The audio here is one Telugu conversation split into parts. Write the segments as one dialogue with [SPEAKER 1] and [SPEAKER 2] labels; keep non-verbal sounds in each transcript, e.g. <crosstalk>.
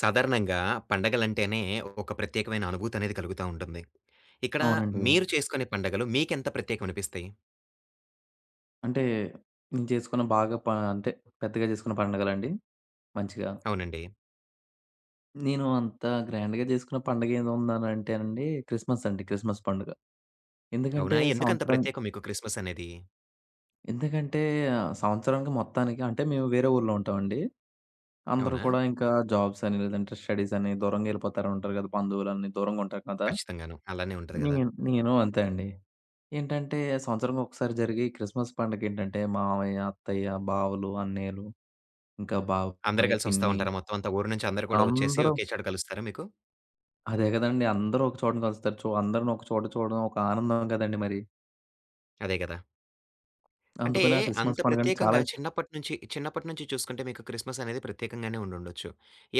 [SPEAKER 1] సాధారణంగా పండగలంటేనే ఒక ప్రత్యేకమైన అనుభూతనేది కలుగుతా ఉంటుంది. ఇక్కడ
[SPEAKER 2] అవునండి.
[SPEAKER 1] మీరు చేసుకునే పండగలు మీకెంత ప్రత్యేకమనిపిస్తాయి?
[SPEAKER 2] అంటే నేను చేసుకున్న బాగా ప అంటే పెద్దగా చేసుకున్న పండగలండి. మంచిగా.
[SPEAKER 1] అవునండి.
[SPEAKER 2] నేను అంత గ్రాండ్‌గా చేసుకున్న పండగ ఏదుందనంటేనండి క్రిస్మస్ అండి. క్రిస్మస్ పండుగ. ఎందుకంటే
[SPEAKER 1] అవునా? ఎందుకంత
[SPEAKER 2] సంవత్సరం
[SPEAKER 1] ప్రత్యేకం మీకు క్రిస్మసనేది?
[SPEAKER 2] ఎందుకంటే సంవత్సరానికి మొత్తానికి అంటే మేము వేరే ఊర్లో ఉంటామండి. అందరూ
[SPEAKER 1] అవునా?
[SPEAKER 2] కూడా ఇంకా జాబ్స్ అని లేదంటే స్టడీస్ అని దూరంగా ఎళ్ళిపోతారు ఉంటారు కదా! బంధువులని దూరంగా ఉంటారు కదా!
[SPEAKER 1] ఖచ్చితంగాను. అలానే ఉంటది గదా!
[SPEAKER 2] నేను నేను అంతే అండి. ఏంటంటే సంవత్సరానికి ఒకసారి జరిగే క్రిస్మస్ పండగ ఏంటంటే మామయ్య, అత్తయ్య, బావలు, అన్నయ్యలు, ఇంకా
[SPEAKER 1] అందరూ
[SPEAKER 2] బాబాయ్,
[SPEAKER 1] కలిసి వస్తా
[SPEAKER 2] పిన్ని,
[SPEAKER 1] ఉంటారా? మొత్తం అంతా ఊరు నుంచి అందరూ కూడా వచ్చేసి
[SPEAKER 2] అందరం
[SPEAKER 1] ఒకే చోట కలుస్తారా మీకు?
[SPEAKER 2] అదే గదండీ. అందరూ ఒక చోటన కలుస్తారు. అందరిని ఒక చోట చూడడం ఒక ఆనందం గదండీ మరి.
[SPEAKER 1] అదే గదా! అంటే
[SPEAKER 2] అందుకని ఆ
[SPEAKER 1] అంత
[SPEAKER 2] క్రిస్మస్ పండుగంటే చాలా
[SPEAKER 1] ప్రత్యేకంగా
[SPEAKER 2] ఇష్టం.
[SPEAKER 1] చిన్నప్పటి నుంచి చూసుకుంటే మీకు క్రిస్మసనేది ప్రత్యేకంగానే ఉండుండొచ్చు.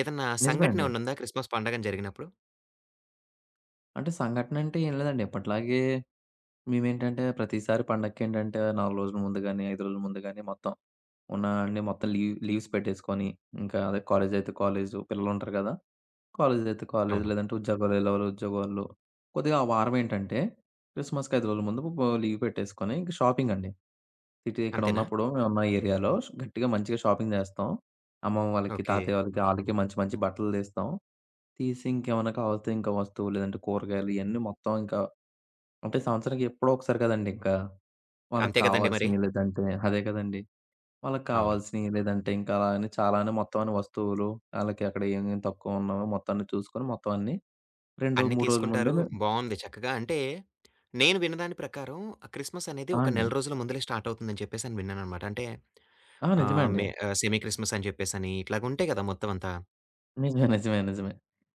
[SPEAKER 1] ఏదన్నా
[SPEAKER 2] నిజమే
[SPEAKER 1] సంఘటన
[SPEAKER 2] అండి.
[SPEAKER 1] ఏమన్నుందా క్రిస్మస్ పండగని జరిగినప్పుడు?
[SPEAKER 2] అంటే సంఘటన అంటే ఏం లేదండి. ఎప్పటిలాగే మేమేంటంటే ప్రతిసారి పండగకేంటంటే 4 రోజుల ముందు గాని, 5 రోజుల ముందు గాని మొత్తం ఉన్న అన్ని మొత్తం లీవ్స్ పెట్టేసుకొని, ఇంకా అదే కాలేజయితే కాలేజు పిల్లలుంటారు గదా! కాలేజ్ అయితే కాలేజ్.
[SPEAKER 1] అవును.
[SPEAKER 2] లేదంటే ఉద్యోగాలు ఎళ్ళేవాళ్ళు ఉద్యోగాల్లో. కొద్దిగా ఆ వారం ఏంటంటే క్రిస్మస్‌కి 5 రోజుల ముందు లీవ్ పెట్టేసుకొని ఇంక షాపింగ్ అండి. సిటీ ఇక్కడ
[SPEAKER 1] అంతేనా?
[SPEAKER 2] ఉన్నప్పుడు మేమున్న ఏరియాలో గట్టిగా మంచిగా షాపింగ్ చేస్తాం. అమ్మమ్మ వాళ్ళకి,
[SPEAKER 1] ఓకే.
[SPEAKER 2] తాతయ్య వాళ్ళకి ఆళ్ళకి మంచి మంచి బట్టలు తెస్తాం. తీసి ఇంకేమన్నా కావాల్తే ఇంకా వస్తువు లేదంటే కూరగాయలు ఇయన్నీ మొత్తం ఇంకా, అంటే సంవత్సరానికి ఎప్పుడో ఒకసారి కదండీ ఇంకా. వాళ్ళకి
[SPEAKER 1] అంతే గదండీ మరి!
[SPEAKER 2] కావాల్సినయి లేదంటే అదే కదండీ. వాళ్ళకి
[SPEAKER 1] అవును.
[SPEAKER 2] కావాల్సినయి లేదంటే ఇంకా, అలా అని చాలానే మొత్తం అన్ని వస్తువులు, ఆళ్ళకి అక్కడ ఏమేమి తక్కువ ఉన్నామో మొత్తం అన్ని చూసుకొని మొత్తం అన్ని 2,
[SPEAKER 1] అన్నీ
[SPEAKER 2] 3 రోజుల
[SPEAKER 1] తీసుకుంటారు.
[SPEAKER 2] ముందే మేము.
[SPEAKER 1] బావుంది చక్కగా. అంటే, నేను విన్నదాని ప్రకారం క్రిస్మస్ అనేది
[SPEAKER 2] ఆ
[SPEAKER 1] ఒక
[SPEAKER 2] అండి.
[SPEAKER 1] నెల రోజుల ముందలే స్టార్ట్ అవుతుందని చెప్పేసని విన్నాననమాట. అంటే
[SPEAKER 2] ఆ నిజమే అండి.
[SPEAKER 1] మే సెమీ క్రిస్మస్ అని చెప్పేసని ఇట్లాగుంటాయి కదా! మొత్తం అంతా.
[SPEAKER 2] నిజమే, నిజమే, నిజమే.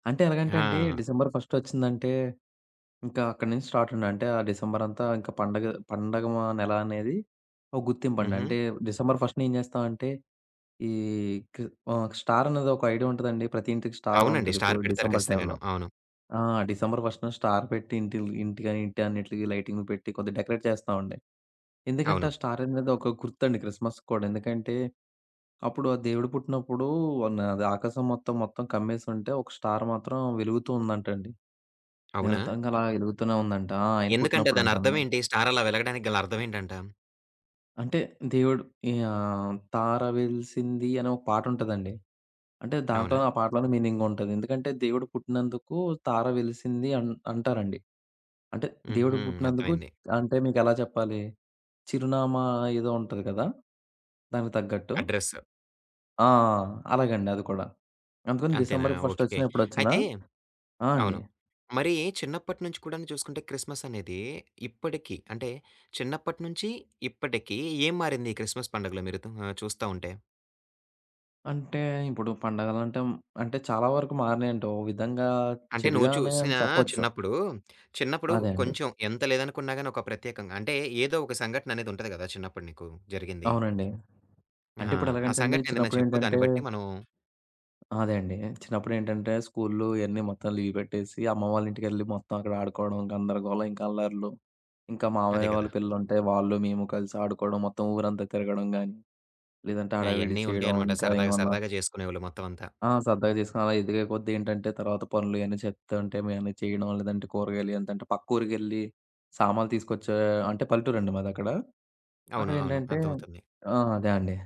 [SPEAKER 2] అంటే ఎలాగంటే అండి,
[SPEAKER 1] ఆ!
[SPEAKER 2] డిసెంబర్ ఫస్ట్ వచ్చిందంటే ఇంకా అక్కడి నుంచి స్టార్ట్ అండి. అంటే ఆ డిసెంబర్ అంతా ఇంకా పండగ పండగ నెల అనేది ఒక గుర్తింపండి.
[SPEAKER 1] హుహు.
[SPEAKER 2] అంటే డిసెంబర్ ఫస్ట్‌న ఏం చేస్తామంటే ఈ క్రి స్టార్ అనేది ఒక ఐడియా ఉంటదండి. ప్రతి ఇంటికి స్టార్
[SPEAKER 1] అవునండి.
[SPEAKER 2] ఉంటది ఇప్పుడు
[SPEAKER 1] స్టార్ పెడతారు
[SPEAKER 2] డిసెంబర్
[SPEAKER 1] ఖచ్చితంగాను.
[SPEAKER 2] టైంలో.
[SPEAKER 1] అవును.
[SPEAKER 2] ఆ! డిసెంబర్ ఫస్ట్‌న స్టార్ పెట్టి ఇంటికి ఇంటి అన్నిటికి లైటింగ్ పెట్టి కొద్దిగా డెకరేట్ చేస్తామండి. ఎందుకంటే
[SPEAKER 1] అవును.
[SPEAKER 2] ఆ స్టార్ అనేది ఒక గుర్తండి క్రిస్మస్‌కి కూడా. ఎందుకంటే అప్పుడు ఆ దేవుడు పుట్టినప్పుడు అది ఆకాశం మొత్తం కమ్మేసుంటే ఒక స్టార్ మాత్రం వెలుగుతూ ఉందంటండి.
[SPEAKER 1] అవునా?
[SPEAKER 2] నిరంతరంగా అలా వెలుగుతూనే ఉందంట. ఆ! ఆయన
[SPEAKER 1] ఎందుకంట దాని
[SPEAKER 2] పుట్టినప్పుడంట
[SPEAKER 1] అర్థం
[SPEAKER 2] అనమాట.
[SPEAKER 1] ఏంటి? స్టార్ అలా వెలగడానికి గల అర్థం ఏంటంట?
[SPEAKER 2] అంటే దేవుడు ఈ ఆహ్, 'తార వెలిసింది' అనే ఒక పాటుంటదండి. అంటే దాంట్లో
[SPEAKER 1] అవునా?
[SPEAKER 2] ఆ పాటలోనే మీనింగుంటది. ఎందుకంటే దేవుడు పుట్టినందుకు తార వెలిసింది అంటారండి. అంటే దేవుడు
[SPEAKER 1] హుహు.
[SPEAKER 2] పుట్టినందుకు
[SPEAKER 1] అర్థమైంది.
[SPEAKER 2] అంటే మీకెలా చెప్పాలి? చిరునామా ఏదో ఉంటది కదా! దానికి తగ్గట్టు.
[SPEAKER 1] అడ్రెస్.
[SPEAKER 2] ఆ! అలాగండి అది కూడా. అందుకని
[SPEAKER 1] అంతేనా?
[SPEAKER 2] December 1
[SPEAKER 1] okay.
[SPEAKER 2] వచ్చినా ఎప్పుడొచ్చినా.
[SPEAKER 1] అయితే
[SPEAKER 2] ఆ అండి.
[SPEAKER 1] అవును. మరి చిన్నప్పటి నుంచి కూడాను చూసుకుంటే క్రిస్మస్ అనేది ఇప్పటికి అంటే చిన్నప్పటి నుంచి ఇప్పటికి ఏం మారింది ఈ క్రిస్మస్ పండుగలో మీరు చూస్తా ఉంటే?
[SPEAKER 2] అంటే ఇప్పుడు పండగలంటే, అంటే చాలా వరకు మారినాయండి. ఓ విధంగా
[SPEAKER 1] అంటే నువ్వు
[SPEAKER 2] చెడుగానే
[SPEAKER 1] చూసిన
[SPEAKER 2] అని చెప్పొచ్చు.
[SPEAKER 1] చిన్నప్పుడు, చిన్నప్పుడు
[SPEAKER 2] అదే అండి.
[SPEAKER 1] కొంచెం ఎంత లేదనుకున్నా గాని ఒక ప్రత్యేకంగా అంటే ఏదో ఒక సంఘటన అనేది ఉంటది కదా! చిన్నప్పుడు నీకు జరిగింది.
[SPEAKER 2] అవునండి. అంటే
[SPEAKER 1] ఆహా!
[SPEAKER 2] ఇప్పుడు
[SPEAKER 1] ఆ
[SPEAKER 2] ఎలాగంటే అండి
[SPEAKER 1] సంఘటన ఏదైనా చెప్పు దాన్ని
[SPEAKER 2] చిన్నప్పుడేంటంటే,
[SPEAKER 1] బట్టి మనం
[SPEAKER 2] అదే అండి. చిన్నప్పుడేంటంటే స్కూల్లు ఇయన్నీ మొత్తం లీవ్ పెట్టేసి అమ్మ వాళ్ళ ఇంటికెళ్ళి మొత్తం అక్కడ ఆడుకోవడం, గందరగోళం ఇంకా అల్లర్లు. ఇంకా
[SPEAKER 1] అదే
[SPEAKER 2] మామయ్య
[SPEAKER 1] కదా!
[SPEAKER 2] వాళ్ళ పిల్లలుంటే వాళ్ళు, మేము కలిసి ఆడుకోవడం, మొత్తం ఊరంతా తిరగడం గాని, లేదంటే హడావిడి
[SPEAKER 1] అయన్నీ
[SPEAKER 2] చేయడం
[SPEAKER 1] ఉంటాయన్నమాట.
[SPEAKER 2] ఇంకా
[SPEAKER 1] సరదాగా
[SPEAKER 2] ఏమన్నా.
[SPEAKER 1] సరదాగా చేసుకునేవాళ్ళు మొత్తం అంతా.
[SPEAKER 2] ఆ! సరదాగా చేసుకొని అలా ఎదిగే కొద్దీ ఏంటంటే తర్వాత పనులు ఇయన్నీ చెప్తూ ఉంటే మేమన్నీ చేయడం, లేదంటే కూరగాయలు ఎంతంటే పక్క ఊరికెళ్ళి సామాన్లు తీసుకొచ్చే, అంటే పల్లెటూరండి మాదక్కడ.
[SPEAKER 1] అవును. అవును.
[SPEAKER 2] అక్కడేంటంటే
[SPEAKER 1] అర్థమవుతుంది.
[SPEAKER 2] ఆ! అదే అండి.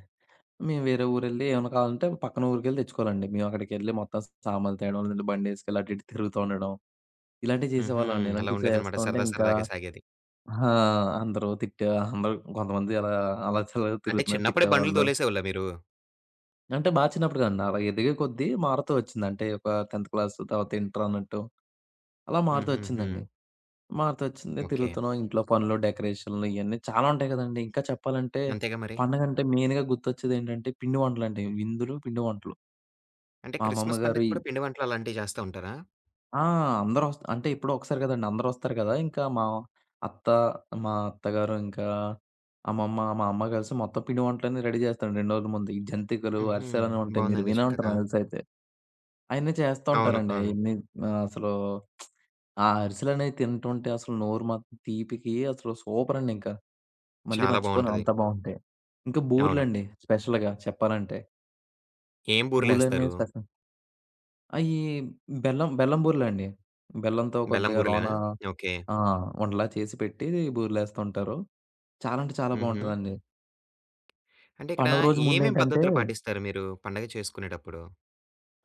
[SPEAKER 2] మేము వేరే ఊరెళ్ళి ఏమన్నా కావాలంటే పక్కన ఊరికెళ్ళి తెచ్చుకోవాలండి. మేము అక్కడికెళ్ళి మొత్తం సామాన్లు తేవడం, లేదంటే బండేసుకెళ్ళి అటు ఇటు తిరుగుతూ ఉండడం. ఇలాంటివి
[SPEAKER 1] హుహు.
[SPEAKER 2] చేసేవాళ్ళమండి.
[SPEAKER 1] అలా
[SPEAKER 2] ఇలాంటివి
[SPEAKER 1] ఉండేదన్నమాట.
[SPEAKER 2] చేస్తుంటే
[SPEAKER 1] సరదా
[SPEAKER 2] ఇంకా,
[SPEAKER 1] సరదాగా సాగేది.
[SPEAKER 2] ఆ! అందరూ తిట్టే అందరూ కొంతమంది అలా, అలా చలగా
[SPEAKER 1] అంటే
[SPEAKER 2] తిరుగుతున్నారు
[SPEAKER 1] చిన్నప్పుడే బండ్లు
[SPEAKER 2] తిట్టేవాళ్ళు.
[SPEAKER 1] తోలేసేవాళ్ళా మీరు?
[SPEAKER 2] అంటే బా చిన్నప్పుడు కాదండి. అలా ఎదిగే కొద్దీ మారుతూ వచ్చింది. అంటే ఒక 10థ్ క్లాస్ తర్వాత ఇంటర్ అన్నట్టు అలా మారుతూ
[SPEAKER 1] హుహుహు.
[SPEAKER 2] వచ్చిందండి. మారుతూ వచ్చింది.
[SPEAKER 1] ఓకే.
[SPEAKER 2] తిరుగుతున్నాం. ఇంట్లో పనులు, డెకరేషన్‌లు ఇయన్నీ చాలా ఉంటాయి కదండీ. ఇంకా చెప్పాలంటే
[SPEAKER 1] అంతేగా మరి.
[SPEAKER 2] పండగంటే మెయిన్‌గా గుర్తొచ్చేదేంటంటే పిండి వంటలండి. విందులు, పిండి వంటలు.
[SPEAKER 1] అంటే
[SPEAKER 2] మా అమ్మమ్మ
[SPEAKER 1] క్రిస్మస్
[SPEAKER 2] గారు
[SPEAKER 1] పండగకి
[SPEAKER 2] ఈ
[SPEAKER 1] కూడా పిండి వంటలు అలాంటివి చేస్తా ఉంటారా?
[SPEAKER 2] ఆ! అందరూ అంటే ఎప్పుడో ఒకసారి కదండీ. అందరూ వస్తారు కదా! ఇంకా మా అత్త, మా అత్తగారు ఇంకా అమ్మమ్మ, మా అమ్మ కలిసి మొత్తం పిండి వంటలన్నీ రెడీ చేస్తారండి 2 రోజుల ముందు. ఈ జంతికలు,
[SPEAKER 1] హుహు.
[SPEAKER 2] అరిసెలని ఉంటాయి. మీరు
[SPEAKER 1] బావుందండి
[SPEAKER 2] వినే ఉంటారు
[SPEAKER 1] చక్కగా.
[SPEAKER 2] నాకు తెలిసయితే. అయన్నీ చేస్తా
[SPEAKER 1] అవును.
[SPEAKER 2] ఉంటారండి.
[SPEAKER 1] అవును.
[SPEAKER 2] అయన్నీ అసలు ఆ అరిసెలనేవి తింటుంటే అసలు నోరు మాత్రం తీపికి అసలు సూపరండి ఇంకా. మళ్ళీ
[SPEAKER 1] చాలా
[SPEAKER 2] మర్చిపోలేం
[SPEAKER 1] బావుంటది.
[SPEAKER 2] అంత బావుంటాయి. ఇంకా
[SPEAKER 1] అవును.
[SPEAKER 2] బూర్లండి స్పెషల్‌గా చెప్పాలంటే.
[SPEAKER 1] ఏం బూరెలేస్తారు?
[SPEAKER 2] బూర్లనేవి స్పెషల్. అయి బెల్లం బెల్లం బూర్లండి. బెల్లంతో
[SPEAKER 1] బెల్లం
[SPEAKER 2] కొద్దిగా లోన
[SPEAKER 1] బూరెలేనా? ఓకే.
[SPEAKER 2] ఆ! ఉండలా చేసి పెట్టి బూర్లేస్తూ ఉంటారు. చాలా అంటే చాలా
[SPEAKER 1] హుహు.
[SPEAKER 2] బావుంటదండి.
[SPEAKER 1] అంటే ఇక్కడ
[SPEAKER 2] పండుగ రోజు
[SPEAKER 1] ఏమేం
[SPEAKER 2] ముందేంటంటే
[SPEAKER 1] పద్ధతులు పాటిస్తారు మీరు పండగ చేసుకునేటప్పుడు?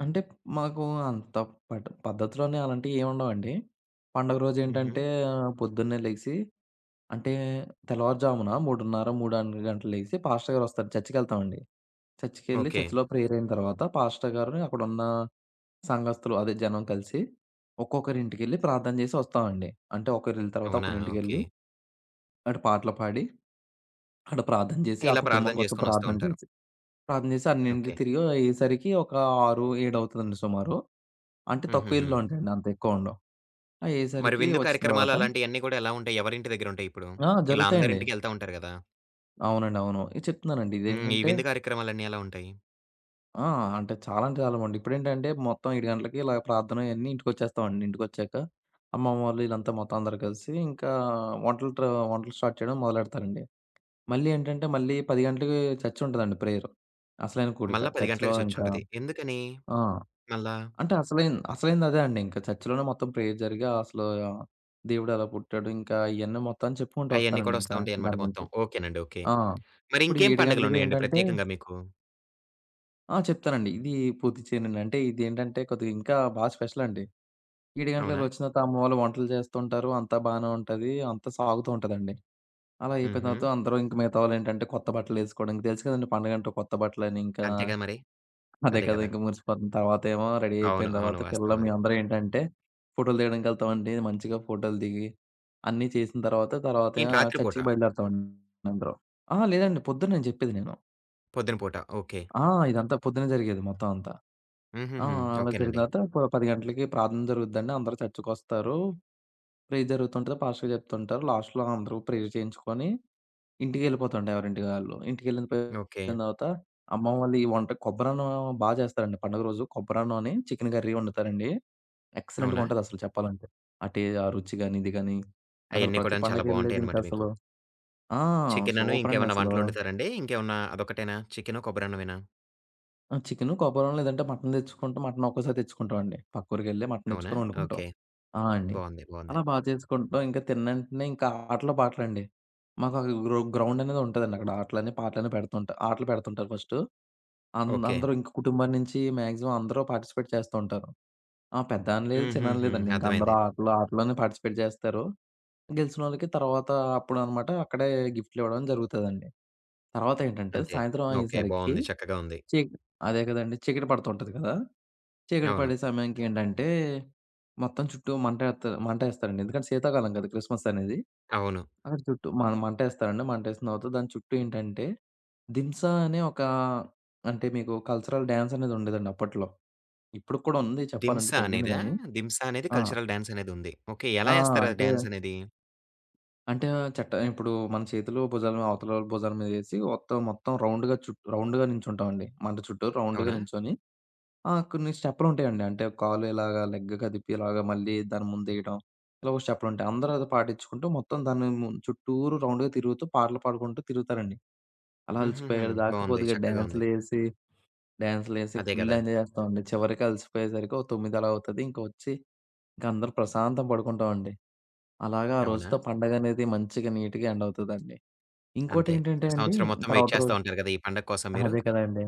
[SPEAKER 2] అంటే మాకు అంత పద్ధతిలోనే అలాంటియి ఏముండవండి. పండుగ
[SPEAKER 1] హుహు.
[SPEAKER 2] రోజేంటంటే పొద్దున్నే లెగిసి అంటే తెల్లవారుజామున 3:30, 3 గంటలకు లెగిసి పాస్టర్ గారొస్తారు చర్చికెళ్తామండి. చర్చికెళ్ళి
[SPEAKER 1] ఓకే.
[SPEAKER 2] చర్చిలో ప్రేయర్ అయిన తర్వాత పాస్టర్ గారు అక్కడున్న సంఘస్థులు అదే జనం కలిసి ఒక్కొక్కరింటికెళ్ళి ప్రార్థన జేసి ఒస్తామండి. అంటే ఒకరిళ్ళ తర్వాత
[SPEAKER 1] అవునా? ఓకే.
[SPEAKER 2] ఒకరింటికెళ్ళి అటు పాటలు పాడి, అటు ప్రార్థన జేసి, ఆ
[SPEAKER 1] ఇలా
[SPEAKER 2] కుటుంబం
[SPEAKER 1] ప్రార్థన
[SPEAKER 2] కోసం
[SPEAKER 1] చేసుకొని వస్తూ
[SPEAKER 2] ప్రార్థన
[SPEAKER 1] ఉంటారు.
[SPEAKER 2] జేసి, ప్రార్థన చేసి
[SPEAKER 1] ఓకే.
[SPEAKER 2] అన్నింటికి తిరిగి అయ్యేసరికి ఒక 6, 7 అవుతదండి సుమారు. అంటే తక్కువ
[SPEAKER 1] హుహుహు.
[SPEAKER 2] ఇల్లు ఉంటాయండి. అంత ఎక్కువ ఉండవు.
[SPEAKER 1] మరి
[SPEAKER 2] అయ్యేసరికి
[SPEAKER 1] విందు
[SPEAKER 2] వచ్చిన
[SPEAKER 1] కార్యక్రమాలు
[SPEAKER 2] తర్వాత
[SPEAKER 1] అలాంటియన్నీ కూడా ఎలా ఉంటాయి? ఎవరింటి దగ్గర ఉంటాయి ఇప్పుడు?
[SPEAKER 2] ఆ!
[SPEAKER 1] ఇలా
[SPEAKER 2] జరుగుతాయండి.
[SPEAKER 1] అందరింటికి ఎళ్తా ఉంటారు గదా!
[SPEAKER 2] అవునండి. అవును. ఇది చెప్తున్నానండి.
[SPEAKER 1] హ్మ్. ఈ
[SPEAKER 2] ఇదేంటంటే
[SPEAKER 1] విందు కార్యక్రమాలన్నీ ఎలా ఉంటాయి?
[SPEAKER 2] ఆ! అంటే చాలా అంటే చాలా మండి. ఇప్పుడేంటంటే మొత్తం 7 గంటలకి ఇలా ప్రార్థన అయన్నీ ఇంటికొచ్చేస్తామండి. ఇంటికొచ్చాక అమ్మమ్మ వాళ్ళు ఈళ్ళంతా మొత్తం అందరూ కలిసి ఇంకా వంటలు ట్ర వంటలు స్టార్ట్ చేయడం మొదలెడతారండి. మళ్ళీ ఏంటంటే మళ్ళీ 10 గంటలకి చర్చ్ ఉంటదండి ప్రేయర్. అసలైన కూడిక.
[SPEAKER 1] మళ్ళా 10
[SPEAKER 2] చర్చ్‌లో
[SPEAKER 1] గంటలకి
[SPEAKER 2] ఇంకా,
[SPEAKER 1] చర్చుంటది. ఎందుకని?
[SPEAKER 2] ఆ!
[SPEAKER 1] మళ్ళా?
[SPEAKER 2] అంటే అసలైంది అసలైంది అదే అండి. ఇంకా చర్చ్‌లోనే మొత్తం ప్రేయర్ జరిగి అసలు ఆ, దేవుడు ఎలా పుట్టాడు, ఇంకా ఇయన్నీ మొత్తం చెప్పుకుంటూ
[SPEAKER 1] అయన్నీ
[SPEAKER 2] వస్తానండి
[SPEAKER 1] కూడా వస్తా
[SPEAKER 2] ఇంకా
[SPEAKER 1] ఉంటాయన్నమాట
[SPEAKER 2] దాని
[SPEAKER 1] మొత్తం.
[SPEAKER 2] గురించి.
[SPEAKER 1] ఓకేనండి. ఓకే.
[SPEAKER 2] ఆ!
[SPEAKER 1] మరి
[SPEAKER 2] ఇప్పుడు
[SPEAKER 1] ఇంకేం
[SPEAKER 2] 7 గంటలకి
[SPEAKER 1] పండుగలున్నాయండి
[SPEAKER 2] ఏంటంటే
[SPEAKER 1] ప్రత్యేకంగా మీకు?
[SPEAKER 2] ఆ! చెప్తానండి. ఇది పూర్తి చేయనండి. అంటే ఇదేంటంటే కొద్దిగా ఇంకా బాగా స్పెషల్ అండి. 7
[SPEAKER 1] అవునా?
[SPEAKER 2] గంటలకి వచ్చిన తర్వాత అమ్మ వాళ్ళు వంటలు చేస్తుంటారు. అంతా బానే ఉంటది. అంతా సాగుతూ ఉంటదండి. అలా అయిపోయిన
[SPEAKER 1] హుహు.
[SPEAKER 2] తర్వాత అందరూ ఇంక మిగతా వాళ్ళేంటంటే కొత్త బట్టలేసుకోవడం. తెలుసు కదండీ పండగంటే కొత్త బట్టలని ఇంకా,
[SPEAKER 1] అంతే కదా మరి.
[SPEAKER 2] అదే
[SPEAKER 1] అదే
[SPEAKER 2] కదా!
[SPEAKER 1] కదా!
[SPEAKER 2] ఇంక మురిసిపోతుంది. తర్వాతేమో రెడీ
[SPEAKER 1] అవును.
[SPEAKER 2] అయిపోయిన
[SPEAKER 1] అవును.
[SPEAKER 2] తర్వాత పిల్లలు
[SPEAKER 1] వాస్తవం అది.
[SPEAKER 2] మేమందరం ఏంటంటే, ఫోటోలు దిగడానికెళ్తామండి. మంచిగా ఫోటోలు దిగి, అన్నీ చేసిన తర్వాత, తర్వాత
[SPEAKER 1] ఏంటి రాత్రి పూట?
[SPEAKER 2] చర్చికి బయలుదేరుతామండి అందరం. అహా! లేదండి. పొద్దున్న నేను చెప్పేది నేను.
[SPEAKER 1] పొద్దున పూట. ఓకే.
[SPEAKER 2] ఆ! ఇదంతా పొద్దున్నే జరిగేది మొత్తం అంతా. ఆ!
[SPEAKER 1] హుహుహు.
[SPEAKER 2] అలా
[SPEAKER 1] ఓకేనండి.
[SPEAKER 2] జరిగిన తర్వాత 10 గంటలకి ప్రార్థన జరుగుద్దండి. అందరూ చర్చికొస్తారు. ప్రేయర్ జరుగుతుంటది. పాస్టర్ చెప్తుంటారు. లాస్ట్‌లో అందరూ ప్రేయర్ చేయించుకొని ఇంటికెళ్ళిపోతుండే ఎవరింటికి ఆళ్ళు. ఇంటికెళ్ళిన
[SPEAKER 1] ఓకే.
[SPEAKER 2] తర్వాత అమ్మమ్మ వాళ్ళు ఈ వంట కొబ్బరన్నం బా చేస్తారండి పండుగ రోజు. కొబ్బరన్నమని చికెన్ కర్రీ వండుతారండి. ఎక్సలెంట్‌గా
[SPEAKER 1] అవునా?
[SPEAKER 2] ఉంటదసలు చెప్పాలంటే. ఆ రుచి గాని, ఇది గాని అసలు
[SPEAKER 1] అయన్నీ
[SPEAKER 2] ప్రతి
[SPEAKER 1] కూడాను చాలా
[SPEAKER 2] పండగెళ్ళేది
[SPEAKER 1] బావుంటాయన్నమాట మీకు.
[SPEAKER 2] ఇంకసలు. ఆ!
[SPEAKER 1] చికెనును
[SPEAKER 2] సూపర్ అండి
[SPEAKER 1] ఇంకేమన్నా
[SPEAKER 2] అసలు.
[SPEAKER 1] వంటలొండుతారండి? ఇంకేమన్నా అదొక్కటేనా? చికెను, కొబ్బరన్నమేనా?
[SPEAKER 2] ఆ! చికెను, కొబ్బరన్నం లేదంటే మటన్ తెచ్చుకుంటే మటన్ ఒక్కోసారి తెచ్చుకుంటామండి. పక్క ఊరికెళ్ళి మటన్
[SPEAKER 1] అవునా?
[SPEAKER 2] తెచ్చుకొని వండుకుంటాం.
[SPEAKER 1] ఓకే.
[SPEAKER 2] ఆ! అండి.
[SPEAKER 1] బావుంది. బావుంది.
[SPEAKER 2] అలా బా చేసుకుంటాం. ఇంకా తిన్నంటనే ఇంకా ఆటలు, పాటలండి. మాకు ఒక గ్రౌండ్ అనేది ఉంటదండి. అక్కడ ఆటలని, పాటలని ఆటలు పెడుతుంటారు ఫస్టు.
[SPEAKER 1] ఓకే.
[SPEAKER 2] అందరూ ఇంక కుటుంబం నుంచి మాక్సిమం అందరూ పార్టిసిపేట్ చేస్తూ ఉంటారు. ఆ! పెద్దాని లేదు, చిన్నాని
[SPEAKER 1] హుహుహు.
[SPEAKER 2] లేదండి. ఇంక అందరూ
[SPEAKER 1] అర్థమైంది.
[SPEAKER 2] ఆటలు, ఆటల్లోనే పార్టిసిపేట్ చేస్తారు. గెలిచినోళ్ళకి తర్వాత అప్పుడనమాట అక్కడే గిఫ్ట్లు ఇవ్వడం జరుగుతదండి. తర్వాతేంటంటే
[SPEAKER 1] అంతే.
[SPEAKER 2] సాయంత్రం
[SPEAKER 1] ఓకే.
[SPEAKER 2] అయ్యేసరికి
[SPEAKER 1] బావుంది. చక్కగా ఉంది.
[SPEAKER 2] చీక అదే కదండీ! చీకటి పడుతుంటది కదా! చీకటి
[SPEAKER 1] అవును.
[SPEAKER 2] పడే సమయానికేంటంటే, మొత్తం చుట్టూ మంటేస్తారండి. ఎందుకంటే శీతాకాలం కదా! క్రిస్మస్ అనేది.
[SPEAKER 1] అవును.
[SPEAKER 2] అక్కడ చుట్టూ మంటేస్తారండి. మంటేసిన తర్వాత దాని చుట్టూ ఏంటంటే, దింసా అనే ఒక, అంటే మీకు కల్చరల్ డాన్స్ అనేది ఉండేదండి అప్పట్లో. ఇప్పటికి కూడా ఉంది చెప్పాలంటే
[SPEAKER 1] 'దింసా'
[SPEAKER 2] తగ్గింది
[SPEAKER 1] అనేదా?
[SPEAKER 2] గానీ.
[SPEAKER 1] 'దింసా' అనేది
[SPEAKER 2] ఆ!
[SPEAKER 1] కల్చరల్ డాన్స్ అనేదుంది. ఓకే. ఎలా
[SPEAKER 2] ఆ!
[SPEAKER 1] ఏస్తారు ఆ
[SPEAKER 2] అంటే,
[SPEAKER 1] డాన్స్ అనేది?
[SPEAKER 2] అంటే ఇప్పుడు మన చేతులు భుజాల మీద అవతలోళ్ళ భుజాల మీదేసి మొత్తం రౌండ్‌గా రౌండ్‌గా నించుంటామండి. మంట చుట్టూ రౌండ్‌గా
[SPEAKER 1] అవునా?
[SPEAKER 2] నించొని ఆ! కొన్ని స్టెప్పులుంటాయండి. అంటే కాలు ఇలాగా లెగ్‌గా తిప్పి ఇలాగా మళ్ళీ దాని ముందేయడం. ఇలా ఒక స్టెప్పులుంటాయి. అందరూ అది పాటించుకుంటూ మొత్తం దాన్ని చుట్టూరు రౌండ్‌గా తిరుగుతూ పాటలు పాడుకుంటూ తిరుగుతారండి. అలా
[SPEAKER 1] హుహుహు.
[SPEAKER 2] అలసిపోయేదాకా
[SPEAKER 1] బావుంది.
[SPEAKER 2] కొద్దిగా
[SPEAKER 1] చక్కగా ఉంది.
[SPEAKER 2] డాన్సులేసి, డాన్సులేసి
[SPEAKER 1] అదే
[SPEAKER 2] ఫుల్
[SPEAKER 1] గదా!
[SPEAKER 2] ఎంజాయ్ చేస్తామండి. చివరికి అలసిపోయేసరికి ఓ 9 అలా అవుతది. ఇంక వచ్చి ఇంక అందరూ ప్రశాంతంగా పడుకుంటామండి. అలాగా ఆ
[SPEAKER 1] అవునా?
[SPEAKER 2] రోజుతో పండగనేది మంచిగా నీట్‌గా ఎండ్ అవుతదండి.
[SPEAKER 1] అంతే.
[SPEAKER 2] ఇంకోటేంటంటే అండి
[SPEAKER 1] సంవత్సరం మొత్తం వెయిట్
[SPEAKER 2] తర్వాత
[SPEAKER 1] చేస్తా
[SPEAKER 2] రోజు,
[SPEAKER 1] ఉంటారు గదా! ఈ పండగ కోసం మీరు.
[SPEAKER 2] అదే కదండీ!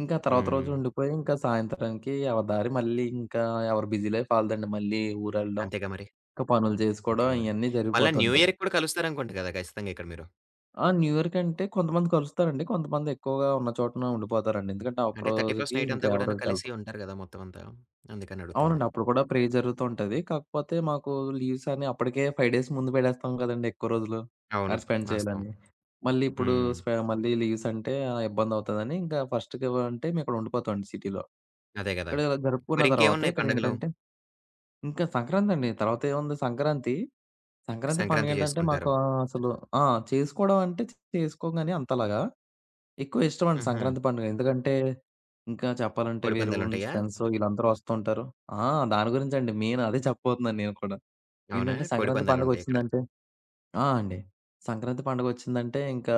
[SPEAKER 2] ఇంకా తర్వాత రోజు
[SPEAKER 1] హ్మ్.
[SPEAKER 2] ఉండిపోయి, ఇంకా సాయంత్రానికి ఎవరి దారి మళ్ళీ ఇంకా ఎవరి బిజీ లైఫ్ ఆళ్ళదండి. మళ్ళీ ఊరెళ్ళడం,
[SPEAKER 1] అంతేగా మరి.
[SPEAKER 2] ఇంకా పనులు చేసుకోవడం
[SPEAKER 1] అంతేగా మరి.
[SPEAKER 2] ఇయన్నీ
[SPEAKER 1] మళ్ళా న్యూ
[SPEAKER 2] జరిగిపోతుంటాయి.
[SPEAKER 1] ఇయర్‌కి కూడా కలుస్తారనుకుంట గదా! ఖచ్చితంగా ఇక్కడ మీరు.
[SPEAKER 2] ఆ! న్యూ ఇయర్ కంటే కొంతమంది కలుస్తారండి. కొంతమంది ఎక్కువగా ఉన్న చోటనే ఉండిపోతారండి. ఎందుకంటే, ఆ ఒక్క
[SPEAKER 1] అంటే 31స్ట్
[SPEAKER 2] రోజుకి
[SPEAKER 1] నైట్
[SPEAKER 2] ఇంకా
[SPEAKER 1] అంతా గూడాను
[SPEAKER 2] ఎవరు ఎటెళ్ళరు.
[SPEAKER 1] కలిసి ఉంటారు గదా! మొత్తం అంతా. అందుకని అడుగుతుంది.
[SPEAKER 2] అవునండి. అప్పుడు కూడా ప్రే జరుగుతూ ఉంటది. కాకపోతే మాకు లీవ్స్ అని అప్పటికే 5 డేస్ ముందు పెట్టేస్తాం కదండీ ఎక్కువ రోజులు.
[SPEAKER 1] అవును.
[SPEAKER 2] అటు స్పెండ్
[SPEAKER 1] వాస్తవం.
[SPEAKER 2] చేయాలని. మళ్ళీ ఇప్పుడు
[SPEAKER 1] హ్మ్.
[SPEAKER 2] మళ్ళీ లీవ్స్ అంటే ఇబ్బందవుతదండి. ఇంకా ఫస్ట్‌కి అంటే మేము ఇక్కడ ఉండిపోతామండి సిటీలో.
[SPEAKER 1] అదే గదా!
[SPEAKER 2] ఇక్కడ జరుపుకున్న తర్వాత
[SPEAKER 1] మరింకేమున్నాయి పండగలు?
[SPEAKER 2] ఇక్కడేంటంటే ఇంకా సంక్రాంతండి. తర్వాతేముంది సంక్రాంతి. సంక్రాంతి
[SPEAKER 1] సంక్రాంతి
[SPEAKER 2] పండుగేంటంటే మాకు
[SPEAKER 1] చేసుకుంటారు.
[SPEAKER 2] అసలు, ఆ! చేసుకోవడం అంటే చేసుకోం గాని అంతలాగా. ఎక్కువ ఇష్టమండి
[SPEAKER 1] హుహు.
[SPEAKER 2] సంక్రాంతి పండుగ. ఎందుకంటే ఇంకా చెప్పాలంటే
[SPEAKER 1] కోడి
[SPEAKER 2] వేరే ఊరు నుంచి
[SPEAKER 1] పందాలుంటాయా?
[SPEAKER 2] ఫ్రెండ్స్ వీళ్ళందరూ వస్తుంటారు. ఆ! దాని గురించండి మెయిన్ అదే చెప్పబోతున్నాను నేను కూడా.
[SPEAKER 1] అవునా?
[SPEAKER 2] ఏంటంటే
[SPEAKER 1] కోడి
[SPEAKER 2] సంక్రాంతి
[SPEAKER 1] పందాలుంటాయి ఇక్కడ.
[SPEAKER 2] పండుగొచ్చిందంటే ఆ! అండి. సంక్రాంతి పండుగొచ్చిందంటే ఇంకా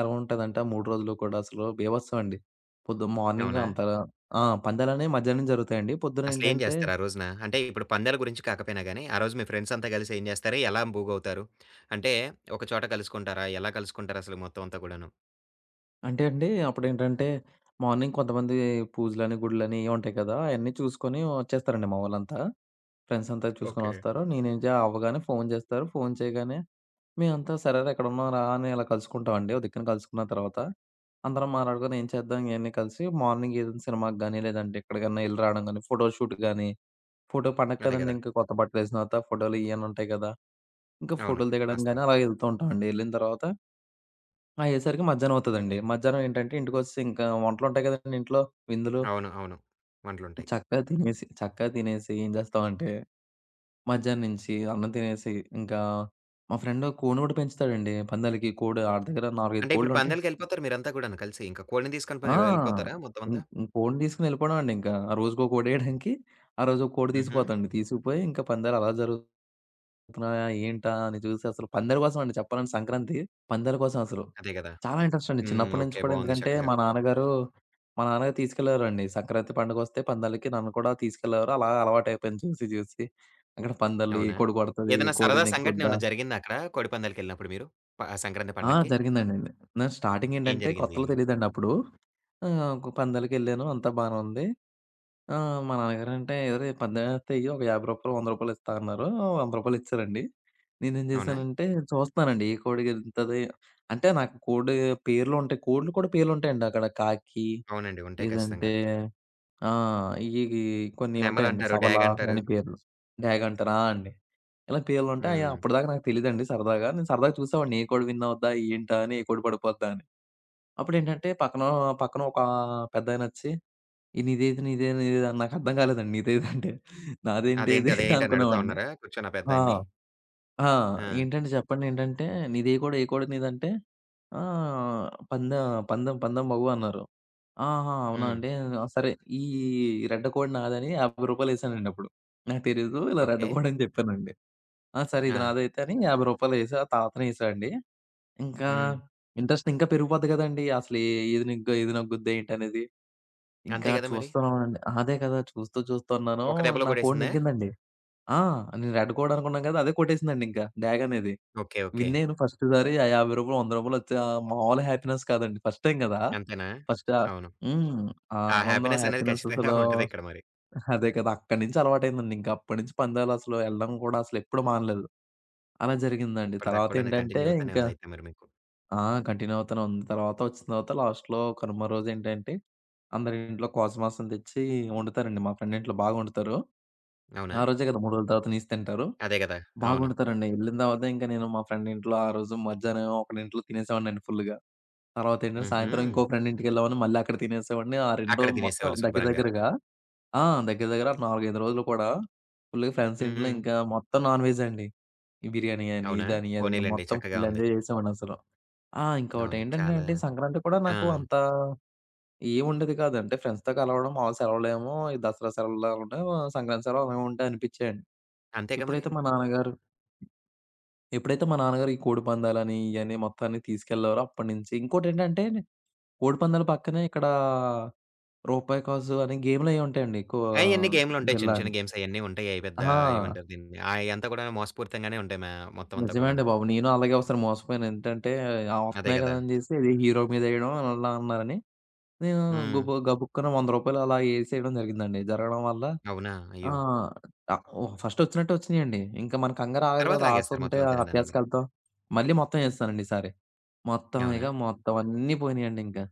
[SPEAKER 2] ఎలా ఉంటదంటే ఆ 3 రోజులు కూడా అసలు బీభత్సం అండి. పొద్దు మార్నింగ్
[SPEAKER 1] అవునా?
[SPEAKER 2] అంతా, ఆ! పందాలనేవి మధ్యాహ్నం జరుగుతాయండి.
[SPEAKER 1] అసలేం
[SPEAKER 2] పొద్దునేంటంటే
[SPEAKER 1] జేస్తారు ఆ రోజున? అంటే ఇప్పుడు పందాల గురించి కాకపోయినా గానీ, ఆ రోజు మీ ఫ్రెండ్స్ అంతా గలిసి ఏం జేస్తారు? ఎలా మూగవుతారు? అంటే ఒక చోట కలుసుకుంటారా? ఎలా కలుసుకుంటారసలు మొత్తం అంతా కూడాను?
[SPEAKER 2] అంటే అండి అప్పుడేంటంటే, మార్నింగ్ కొంతమంది పూజలని, గుడులని ఇయి ఉంటాయి కదా! అయన్నీ చూసుకొని వచ్చేస్తారండి మా వోళ్ళంతా. ఫ్రెండ్స్ అంతా
[SPEAKER 1] ఓకే.
[SPEAKER 2] చూసుకొనొస్తారు. నేనేం చే అవ్వగానే ఫోన్ జేస్తారు. ఫోన్ చేయగానే మేమంతా సరేరా ఎక్కడున్నాం రా అని ఇలా కలుసుకుంటామండి. ఓ దిక్కున కలుసుకున్న తర్వాత, అందరం మాట్లాడుకొని ఏం చేద్దాం ఇయన్నీ కలిసి మార్నింగ్ ఏదైనా సినిమాకి గాని, లేదంటే ఎక్కడికన్నా ఎళ్లి రావడం గాని, ఫోటో షూట్ గాని, పండగ
[SPEAKER 1] అదే
[SPEAKER 2] కదండీ!
[SPEAKER 1] గదా!
[SPEAKER 2] ఇంకా కొత్త బట్టలేసిన తర్వాత ఫోటోలు ఇయన్నీ ఉంటాయి కదా! ఇంకా
[SPEAKER 1] అవును.
[SPEAKER 2] ఫోటోలు దిగడం గాని
[SPEAKER 1] వాస్తవం.
[SPEAKER 2] అలా ఎళ్తూ ఉంటామండి. ఎళ్ళిన తర్వాత ఆ! అయ్యేసరికి మధ్యాహ్నం అవుతదండి. మధ్యాహ్నం ఏంటంటే ఇంటికొచ్చేసి ఇంకా వంటలుంటాయి కదండీ ఇంట్లో, విందులు.
[SPEAKER 1] అవును. అవును. వంటలుంటాయి.
[SPEAKER 2] చక్కగా తినేసి ఏం చేస్తామంటే మధ్యాహ్నం నుంచి అన్నం తినేసి ఇంకా మా ఫ్రెండ్ కోడిని కూడా పెంచుతాడండి పందాలకి. కోడి ఆడి దగ్గర 4, 5
[SPEAKER 1] అంటే ఇప్పుడు
[SPEAKER 2] కోడ్లుంటాయి.
[SPEAKER 1] పందాలకెళ్ళిపోతారు మీరంతా కూడాను కలిసి. ఇంక కోడిని తీసుకొని
[SPEAKER 2] ఆ!
[SPEAKER 1] పోయి వెళ్ళిపోతారా మొత్తం అంతా?
[SPEAKER 2] హ్మ్. హ్మ్. కోడిని తీసుకొని ఎళ్ళిపోవడం అండి ఇంకా. ఆ రోజుకో కోడేయడానికి ఆ రోజు ఒక కోడి
[SPEAKER 1] హుహు.
[SPEAKER 2] తీసుకుపోతాండి. తీసుకుపోయి ఇంకా పందాలు అలా జరుగుతున్నాయా ఏంటా అని చూసి అసలు పందాల కోసం అండి చెప్పాలంటే పందాల కోసం అసలు.
[SPEAKER 1] అదే గదా!
[SPEAKER 2] చాలా ఇంట్రెస్ట్ అండి.
[SPEAKER 1] హ్మ్.
[SPEAKER 2] చిన్నప్పటి నుంచి
[SPEAKER 1] ఓకే.
[SPEAKER 2] కూడా
[SPEAKER 1] బావుంది
[SPEAKER 2] ఎందుకంటే
[SPEAKER 1] చక్కగా.
[SPEAKER 2] మా నాన్నగారు తీసుకెళ్ళేవారండి. సంక్రాంతి పండుగొస్తే పందాలకి నన్ను కూడా తీసుకెళ్ళేవారు. అలా అలవాటైపోయింది చూసి చూసి. అక్కడ పందాలు ఏ
[SPEAKER 1] అవునా?
[SPEAKER 2] కోడి కొడతది? ఏ
[SPEAKER 1] ఏదైనా
[SPEAKER 2] కోడి
[SPEAKER 1] సరదా సంఘటన
[SPEAKER 2] నెగ్గుద్దా?
[SPEAKER 1] ఏమన్నా జరిగిందా అక్కడ కోడి పందాలకెళ్ళినప్పుడు మీరు? సంక్రాంతి
[SPEAKER 2] ఆ!
[SPEAKER 1] పండక్కి?
[SPEAKER 2] జరిగిందండి. నేను స్టార్టింగ్
[SPEAKER 1] ఏం
[SPEAKER 2] ఏంటంటే
[SPEAKER 1] జరిగింది?
[SPEAKER 2] కొత్తలో తెలీదండి అప్పుడు. ఒక పందాలకెళ్ళాను అంతా బానే ఉంది. ఆ! మా నాన్నగారంటే "ఒరేయ్! 18,000 ఎయ్యి ఒక రూ. 50, రూ. 100 ఇస్తా" అన్నారు. రూ. 100 ఇచ్చారండి. నేనేం
[SPEAKER 1] అవునా?
[SPEAKER 2] చేశానంటే చూస్తున్నానండి ఏ కోడి గెలుతది. అంటే నాకు కోడి పేర్లు ఉంటాయి. కోడ్లు కూడా పేర్లు ఉంటాయండి అక్కడ. కాకి
[SPEAKER 1] అవునండి. ఉంటాయి ఖచ్చితంగా.
[SPEAKER 2] లేదంటే ఆ! ఇయి కొన్ని ఉంటాయండి.
[SPEAKER 1] నెమలంటారు,
[SPEAKER 2] సవల
[SPEAKER 1] డ్యాగంటారు.
[SPEAKER 2] అని పేర్లు. డాగ్ అంటారు. ఆ! అండి. ఇలా పేర్లుంటాయి. అయి
[SPEAKER 1] హ్మ్.
[SPEAKER 2] అప్పటిదాకా నాకు తెలీదండి సరదాగా. నేను సరదాగా చూసేవాడిని ఏ కోడి విన్ అవుద్దా? ఏంటా? అని ఏ కోడి పడిపోద్దా అని. అప్పుడేంటంటే పక్కన పక్కన ఒక పెద్దాయనొచ్చి ఇది నీదేది, నీదేది, నీదేది అని నాకర్థం కాలేదండి నీదేదంటే. నాదేంటి
[SPEAKER 1] అదేంటి,
[SPEAKER 2] ఇది
[SPEAKER 1] అదేంటి అని అడుగుతా
[SPEAKER 2] అనుకున్నామండి. <laughs>
[SPEAKER 1] ఉన్నారా కూర్చొని ఆ
[SPEAKER 2] ఆ!
[SPEAKER 1] పెద్దాయన్ని?
[SPEAKER 2] ఆ!
[SPEAKER 1] ఆ!
[SPEAKER 2] ఏంటంటే చెప్పండి ఏంటంటే, "నీదే కోడి, ఏ కోడి నీదంటే?" "ఆహ్, పందెం పందెం పందెం బాబు" అన్నారు. "ఆహా! అవునా
[SPEAKER 1] హ్మ్.
[SPEAKER 2] అండి?" సరే ఈ రెడ్డ కోడి నాదని రూ. 50 ఏసానండి అప్పుడు. నాకు తెలీదు ఇలా రెడ్డ
[SPEAKER 1] ఓకే.
[SPEAKER 2] కోడి అని చెప్పానండి. "ఆ! సరే
[SPEAKER 1] ఆ!
[SPEAKER 2] ఇది నాదైతే" అని రూ. 50 ఏసా, ఆ తాతనే ఏసా అండి. ఇంకా
[SPEAKER 1] హ్మ్.
[SPEAKER 2] ఇంట్రెస్ట్ ఇంకా పెరిగిపోద్ది కదండీ! అసలు ఏది నెగ్గా, ఏది నెగ్గుద్దా ఏంటనేది.
[SPEAKER 1] అంతే
[SPEAKER 2] ఇంకా
[SPEAKER 1] గదా మరి.
[SPEAKER 2] చూస్తున్నామండి. అదే కదా! చూస్తున్నాను.
[SPEAKER 1] ఒక దెబ్బలో
[SPEAKER 2] నా కోడి
[SPEAKER 1] కొట్టేసిందా?
[SPEAKER 2] నెగ్గిందండి. ఆ! నేను రెడ్ కోడి అనుకున్నాను కదా! అదే కొట్టేసిందండింకా డాగ్ అనేది.
[SPEAKER 1] ఓకే. ఓకే.
[SPEAKER 2] విన్ అయ్యాను ఫస్ట్ సారి ఆ రూ. 50, రూ. 100 వచ్చి ఆ మామూలు హ్యాపీనెస్ కాదండి. ఫస్ట్ టైమ్ కదా!
[SPEAKER 1] అంతేనా?
[SPEAKER 2] ఫస్ట్ ఆహ్,
[SPEAKER 1] అవును.
[SPEAKER 2] హ్మ్. ఆ
[SPEAKER 1] ఆ
[SPEAKER 2] ఆనందం,
[SPEAKER 1] హ్యాపీనెస్ అనేది
[SPEAKER 2] హ్యాపీనెస్
[SPEAKER 1] ఖచ్చితంగా
[SPEAKER 2] అసలు,
[SPEAKER 1] ఉంటదిక్కడ మరి.
[SPEAKER 2] అదే కదా! అక్కడి నుంచి అలవాటయిందండి. ఇంక అప్పటి నుంచి పందాలు అసలు ఎళ్ళడం కూడా అసలెప్పుడు మానలేదు. అలా జరిగిందండి.
[SPEAKER 1] ఇప్పటిదాకా కూడాను
[SPEAKER 2] తర్వాతేంటంటే
[SPEAKER 1] కంటిన్యూ అవుతానే
[SPEAKER 2] ఇంక
[SPEAKER 1] ఉందయితే మరి మీకు.
[SPEAKER 2] ఆ! కంటిన్యూ అవుతూనే ఉంది. తర్వాత వచ్చిన తర్వాత లాస్ట్‌లో కనుమ రోజేంటంటే, అందరింట్లో కోస మాంసం తెచ్చి వండుతారండి. మా ఫ్రెండ్ ఇంట్లో బాగా వండుతారు.
[SPEAKER 1] అవునా?
[SPEAKER 2] ఆ రోజే కదా! 3 రోజుల తర్వాత నీసు తింటారు.
[SPEAKER 1] అదే గదా!
[SPEAKER 2] బాగా
[SPEAKER 1] అవును.
[SPEAKER 2] వండుతారండి. ఎళ్ళిన తర్వాత ఇంక నేను మా ఫ్రెండ్ ఇంట్లో ఆ రోజు మధ్యాహ్నం ఒకడింట్లో తినేసేవాడినండి ఫుల్‌గా. తర్వాతేంటంటే
[SPEAKER 1] హుహు.
[SPEAKER 2] సాయంత్రం ఇంకో ఫ్రెండ్ ఇంటికెళ్ళామని మళ్ళీ అక్కడ తినేసేవాడిని. ఆ 2
[SPEAKER 1] అక్కడ
[SPEAKER 2] రోజులు మొత్తం
[SPEAKER 1] తినేసేవాళ్ళు
[SPEAKER 2] దగ్గర
[SPEAKER 1] శుభ్రంగా.
[SPEAKER 2] దగ్గరగా ఆ! దగ్గర దగ్గర 4, 5 రోజులు కూడా ఫుల్‌గా ఫ్రెండ్స్ ఇంట్లో
[SPEAKER 1] హ్మ్.
[SPEAKER 2] ఇంకా మొత్తం నాన్ వెజ్ అండి. ఈ బిర్యానీ అని,
[SPEAKER 1] అవునా?
[SPEAKER 2] ఇదని, అదని
[SPEAKER 1] పోనీలెండి
[SPEAKER 2] మొత్తం
[SPEAKER 1] చక్కగా
[SPEAKER 2] ఫుల్
[SPEAKER 1] ఉంది.
[SPEAKER 2] ఎంజాయ్ చేసామండసలు. ఆ!
[SPEAKER 1] అవును.
[SPEAKER 2] ఇంకోటేంటంటే
[SPEAKER 1] చాలా
[SPEAKER 2] అండి సంక్రాంతి కూడా
[SPEAKER 1] ఆ!
[SPEAKER 2] నాకు అంత ఏముండేది కాదు. అంటే ఫ్రెండ్స్‌తో కలవడం, మాములు సెలవులేమో ఈ దసరా సెలవులలోనే సంక్రాంతి సెలవులేమో ఉంటాయి అనిపిచ్చాయండి.
[SPEAKER 1] అంతేగా మరి.
[SPEAKER 2] ఎప్పుడైతే మా నాన్నగారు ఎప్పుడైతే మా నాన్నగారు ఈ కోడిపందాలని, ఇయన్నీ మొత్తాన్ని తీసుకెళ్లారో అప్పటినుంచి ఇంకోటేంటంటే కోడిపందాల పక్కనే ఇక్కడ రూపాయి కాసు అని గేమ్‌లయి ఉంటాయండి.
[SPEAKER 1] అయన్నీ గేమ్‌లుంటాయి.
[SPEAKER 2] బిళ్ళ
[SPEAKER 1] చిన్న చిన్న
[SPEAKER 2] అని.
[SPEAKER 1] గేమ్స్ అయన్నీ ఉంటాయి. అయి పెద్ద
[SPEAKER 2] ఆ!
[SPEAKER 1] ఏమంటారు దీన్ని? అయంతా కూడా మోసపూరితంగానే ఉంటాయి. మా మొత్తం అంతా
[SPEAKER 2] నిజమే
[SPEAKER 1] కూడాను.
[SPEAKER 2] అండి బాబు. నేను అలాగే ఒకసారి మోసపోయాను. ఏంటంటే, ఆ!
[SPEAKER 1] అదే
[SPEAKER 2] వస్తున్నాయి కదా!
[SPEAKER 1] గదా!
[SPEAKER 2] అని జేసి అది హీరో మీద ఎయడం అలా అన్నారని నేను
[SPEAKER 1] హ్మ్.
[SPEAKER 2] గుబ గబుక్కన రూ. 100 అలా ఏసేయడం జరిగిందండి. జరగడం వల్ల
[SPEAKER 1] అవునా?
[SPEAKER 2] ఆ!
[SPEAKER 1] అయ్యో!
[SPEAKER 2] ఓహ్! ఫస్ట్ వచ్చినట్టే వచ్చినియండి. ఇంకా మన కంగారు ఆగదు
[SPEAKER 1] తర్వాత
[SPEAKER 2] కదా! ఆశ
[SPEAKER 1] లాగేస్తారు
[SPEAKER 2] ఉంటే
[SPEAKER 1] మొత్తం అంతా నిదానంగా.
[SPEAKER 2] అత్యాశకెళ్తాం. మళ్ళీ మొత్తం ఏసేసానండి ఈసారి. మొత్తం
[SPEAKER 1] అవునా?
[SPEAKER 2] ఇగ మొత్తం అన్నీ పోయినియండి ఇంకా.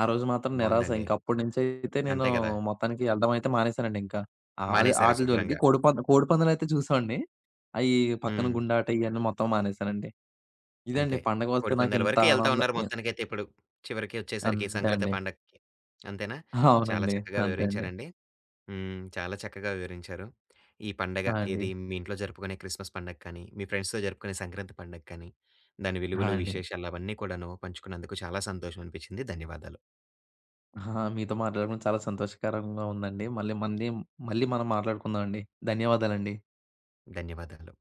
[SPEAKER 2] ఆ రోజు మాత్రం నిరాశ.
[SPEAKER 1] బావుందండి.
[SPEAKER 2] ఇంక అప్పటి నుంచి అయితే నేను
[SPEAKER 1] అంతే గదా!
[SPEAKER 2] మొత్తానికి ఎళ్ళడం అయితే మానేసానండి ఇంకా. ఆహ్, అదే
[SPEAKER 1] మానేశారు
[SPEAKER 2] ఆటిల జోలికి
[SPEAKER 1] శుభ్రంగా.
[SPEAKER 2] కోడిపందాలైతే చూసేవాడిని. అయి పక్కన
[SPEAKER 1] హ్మ్.
[SPEAKER 2] గుండాట ఇయన్నీ మొత్తం మానేసానండి. ఇదండి
[SPEAKER 1] అంతే.
[SPEAKER 2] పండగ వస్తే
[SPEAKER 1] కోడిపందాల
[SPEAKER 2] నాకింత
[SPEAKER 1] వరకు ఎళ్తా
[SPEAKER 2] ఆనంద
[SPEAKER 1] ఉన్నారు
[SPEAKER 2] ఎ
[SPEAKER 1] మొత్తానికైతే ఇప్పుడు. చివరికి ఒచ్చేసరికి
[SPEAKER 2] అంతే
[SPEAKER 1] సంక్రాంతి
[SPEAKER 2] అండి.
[SPEAKER 1] పండగకి. అంతేనా? చాలా
[SPEAKER 2] అవునండి.
[SPEAKER 1] చక్కగా
[SPEAKER 2] అంతే అండి.
[SPEAKER 1] వివరించారండి. హ్మ్. చాలా చక్కగా వివరించారు. ఈ పండగ
[SPEAKER 2] ఆ! అండి.
[SPEAKER 1] ఏది మీ ఇంట్లో జరుపుకునే క్రిస్మస్ పండగ కానీ, మీ ఫ్రెండ్స్‌తో జరుపుకునే సంక్రాంతి పండగ కానీ, దాని
[SPEAKER 2] ఆ!
[SPEAKER 1] విలువలు,
[SPEAKER 2] అండి.
[SPEAKER 1] విశేషాలు అవన్నీ కూడాను పంచుకున్నందుకు చాలా సంతోషం అనిపించింది. ధన్యవాదాలు.
[SPEAKER 2] ఆహా! మీతో మాట్లాడడం చాలా సంతోషకరంగా ఉందండి. మళ్ళీ మళ్ళీ మళ్ళీ మనం మాట్లాడుకుందాం అండి. ధన్యవాదాలండి.
[SPEAKER 1] ధన్యవాదాలు.